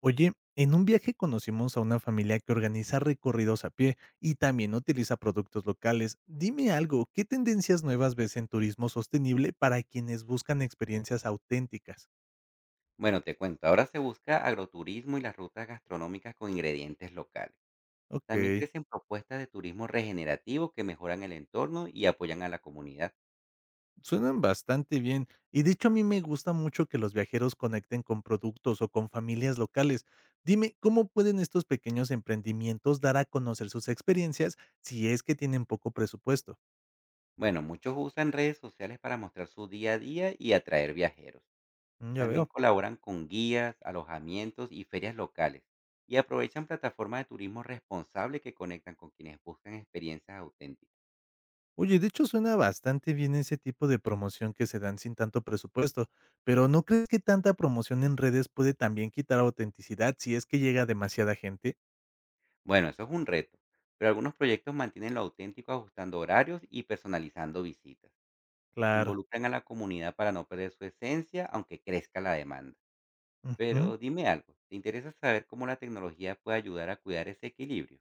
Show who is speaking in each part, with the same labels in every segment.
Speaker 1: Oye, en un viaje conocimos a una familia que organiza recorridos a pie y también utiliza productos locales. Dime algo, ¿qué tendencias nuevas ves en turismo sostenible para quienes buscan experiencias auténticas?
Speaker 2: Bueno, te cuento, ahora se busca agroturismo y las rutas gastronómicas con ingredientes locales. También
Speaker 1: Ok,
Speaker 2: crecen propuestas de turismo regenerativo que mejoran el entorno y apoyan a la comunidad.
Speaker 1: suenan bastante bien. Y de hecho a mí me gusta mucho que los viajeros conecten con productos o con familias locales. Dime, ¿cómo pueden estos pequeños emprendimientos dar a conocer sus experiencias si es que tienen poco presupuesto?
Speaker 2: Bueno, muchos usan redes sociales para mostrar su día a día y atraer viajeros.
Speaker 1: Mm, ya
Speaker 2: También
Speaker 1: veo.
Speaker 2: colaboran con guías, alojamientos y ferias locales. Y aprovechan plataformas de turismo responsable que conectan con quienes buscan experiencias auténticas.
Speaker 1: Oye, de hecho suena bastante bien ese tipo de promoción que se dan sin tanto presupuesto, pero ¿no crees que tanta promoción en redes puede también quitar autenticidad si es que llega demasiada gente?
Speaker 2: Bueno, eso es un reto, pero algunos proyectos mantienen lo auténtico ajustando horarios y personalizando visitas.
Speaker 1: Claro.
Speaker 2: Involucran a la comunidad para no perder su esencia, aunque crezca la demanda.
Speaker 1: Ujú.
Speaker 2: Pero dime algo, ¿te interesa saber cómo la tecnología puede ayudar a cuidar ese equilibrio?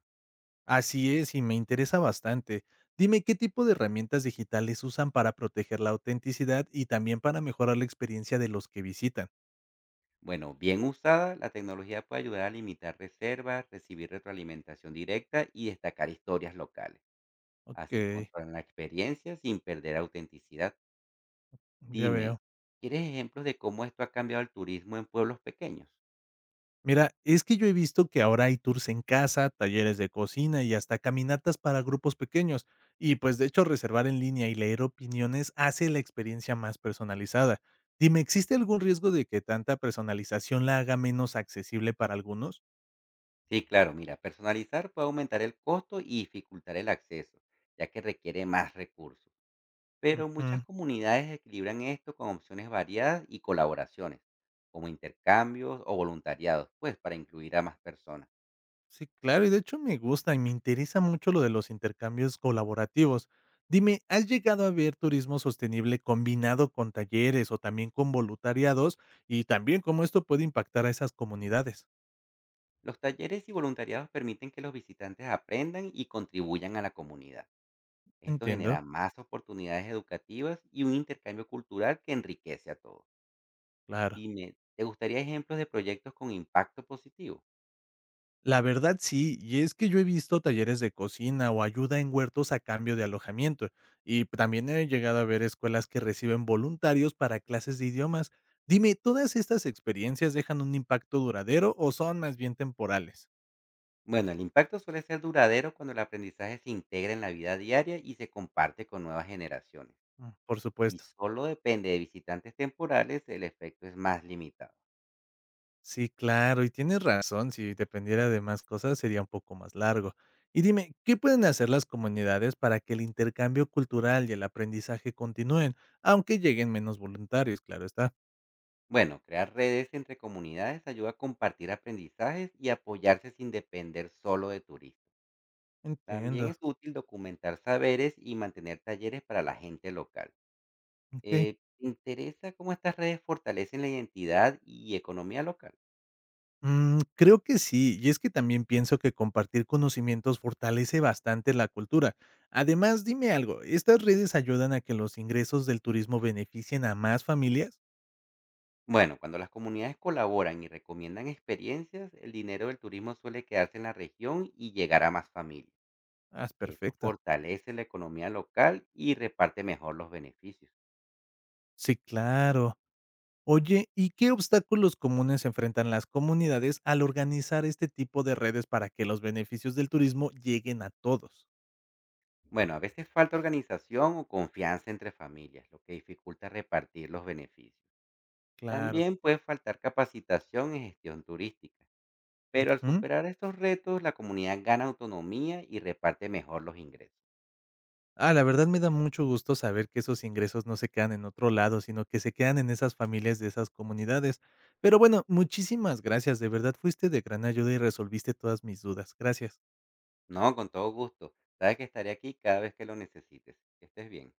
Speaker 1: Así es, y me interesa bastante. Dime qué tipo de herramientas digitales usan para proteger la autenticidad y también para mejorar la experiencia de los que visitan.
Speaker 2: Bueno, bien usada, la tecnología puede ayudar a limitar reservas, recibir retroalimentación directa y destacar historias locales.
Speaker 1: Ok,
Speaker 2: Así controlan la experiencia sin perder autenticidad.
Speaker 1: ya veo.
Speaker 2: Dime, ¿quieres ejemplos de cómo esto ha cambiado el turismo en pueblos pequeños?
Speaker 1: Mira, es que yo he visto que ahora hay tours en casa, talleres de cocina y hasta caminatas para grupos pequeños. Y pues de hecho reservar en línea y leer opiniones hace la experiencia más personalizada. Dime, ¿existe algún riesgo de que tanta personalización la haga menos accesible para algunos?
Speaker 2: Sí, claro, mira, personalizar puede aumentar el costo y dificultar el acceso, ya que requiere más recursos. Pero muchas
Speaker 1: Ujú.
Speaker 2: comunidades equilibran esto con opciones variadas y colaboraciones, como intercambios o voluntariados, pues para incluir a más personas.
Speaker 1: Sí, claro, y de hecho me gusta y me interesa mucho lo de los intercambios colaborativos. Dime, ¿has llegado a ver turismo sostenible combinado con talleres o también con voluntariados? Y también cómo esto puede impactar a esas comunidades.
Speaker 2: Los talleres y voluntariados permiten que los visitantes aprendan y contribuyan a la comunidad. Esto
Speaker 1: Entiendo,
Speaker 2: genera más oportunidades educativas y un intercambio cultural que enriquece a todos.
Speaker 1: claro.
Speaker 2: Dime, ¿te gustaría ejemplos de proyectos con impacto positivo?
Speaker 1: La verdad sí, y es que yo he visto talleres de cocina o ayuda en huertos a cambio de alojamiento, y también he llegado a ver escuelas que reciben voluntarios para clases de idiomas. Dime, ¿todas estas experiencias dejan un impacto duradero o son más bien temporales?
Speaker 2: Bueno, el impacto suele ser duradero cuando el aprendizaje se integra en la vida diaria y se comparte con nuevas generaciones.
Speaker 1: Mm, por
Speaker 2: Y
Speaker 1: supuesto.
Speaker 2: solo depende de visitantes temporales, el efecto es más limitado.
Speaker 1: Sí, claro, y tienes razón, si dependiera de más cosas sería un poco más largo. Y dime, ¿qué pueden hacer las comunidades para que el intercambio cultural y el aprendizaje continúen, aunque lleguen menos voluntarios, claro está?
Speaker 2: Bueno, crear redes entre comunidades ayuda a compartir aprendizajes y apoyarse sin depender solo de turistas. También
Speaker 1: Entiendo.
Speaker 2: es útil documentar saberes y mantener talleres para la gente local.
Speaker 1: Ok.
Speaker 2: ¿Te interesa cómo estas redes fortalecen la identidad y economía local?
Speaker 1: Mm, creo que sí, y es que también pienso que compartir conocimientos fortalece bastante la cultura. Además, dime algo, ¿estas redes ayudan a que los ingresos del turismo beneficien a más familias?
Speaker 2: Bueno, cuando las comunidades colaboran y recomiendan experiencias, el dinero del turismo suele quedarse en la región y llegar a más familias.
Speaker 1: Ah,
Speaker 2: Eso
Speaker 1: perfecto.
Speaker 2: fortalece la economía local y reparte mejor los beneficios.
Speaker 1: Sí, claro. Oye, ¿y qué obstáculos comunes enfrentan las comunidades al organizar este tipo de redes para que los beneficios del turismo lleguen a todos?
Speaker 2: Bueno, a veces falta organización o confianza entre familias, lo que dificulta repartir los beneficios.
Speaker 1: Claro.
Speaker 2: También puede faltar capacitación en gestión turística, pero al
Speaker 1: Ujú.
Speaker 2: superar estos retos, la comunidad gana autonomía y reparte mejor los ingresos.
Speaker 1: Ah, la verdad me da mucho gusto saber que esos ingresos no se quedan en otro lado, sino que se quedan en esas familias de esas comunidades. Pero bueno, muchísimas gracias, de verdad fuiste de gran ayuda y resolviste todas mis dudas. Gracias.
Speaker 2: No, con todo gusto. Sabes que estaré aquí cada vez que lo necesites. Que estés bien.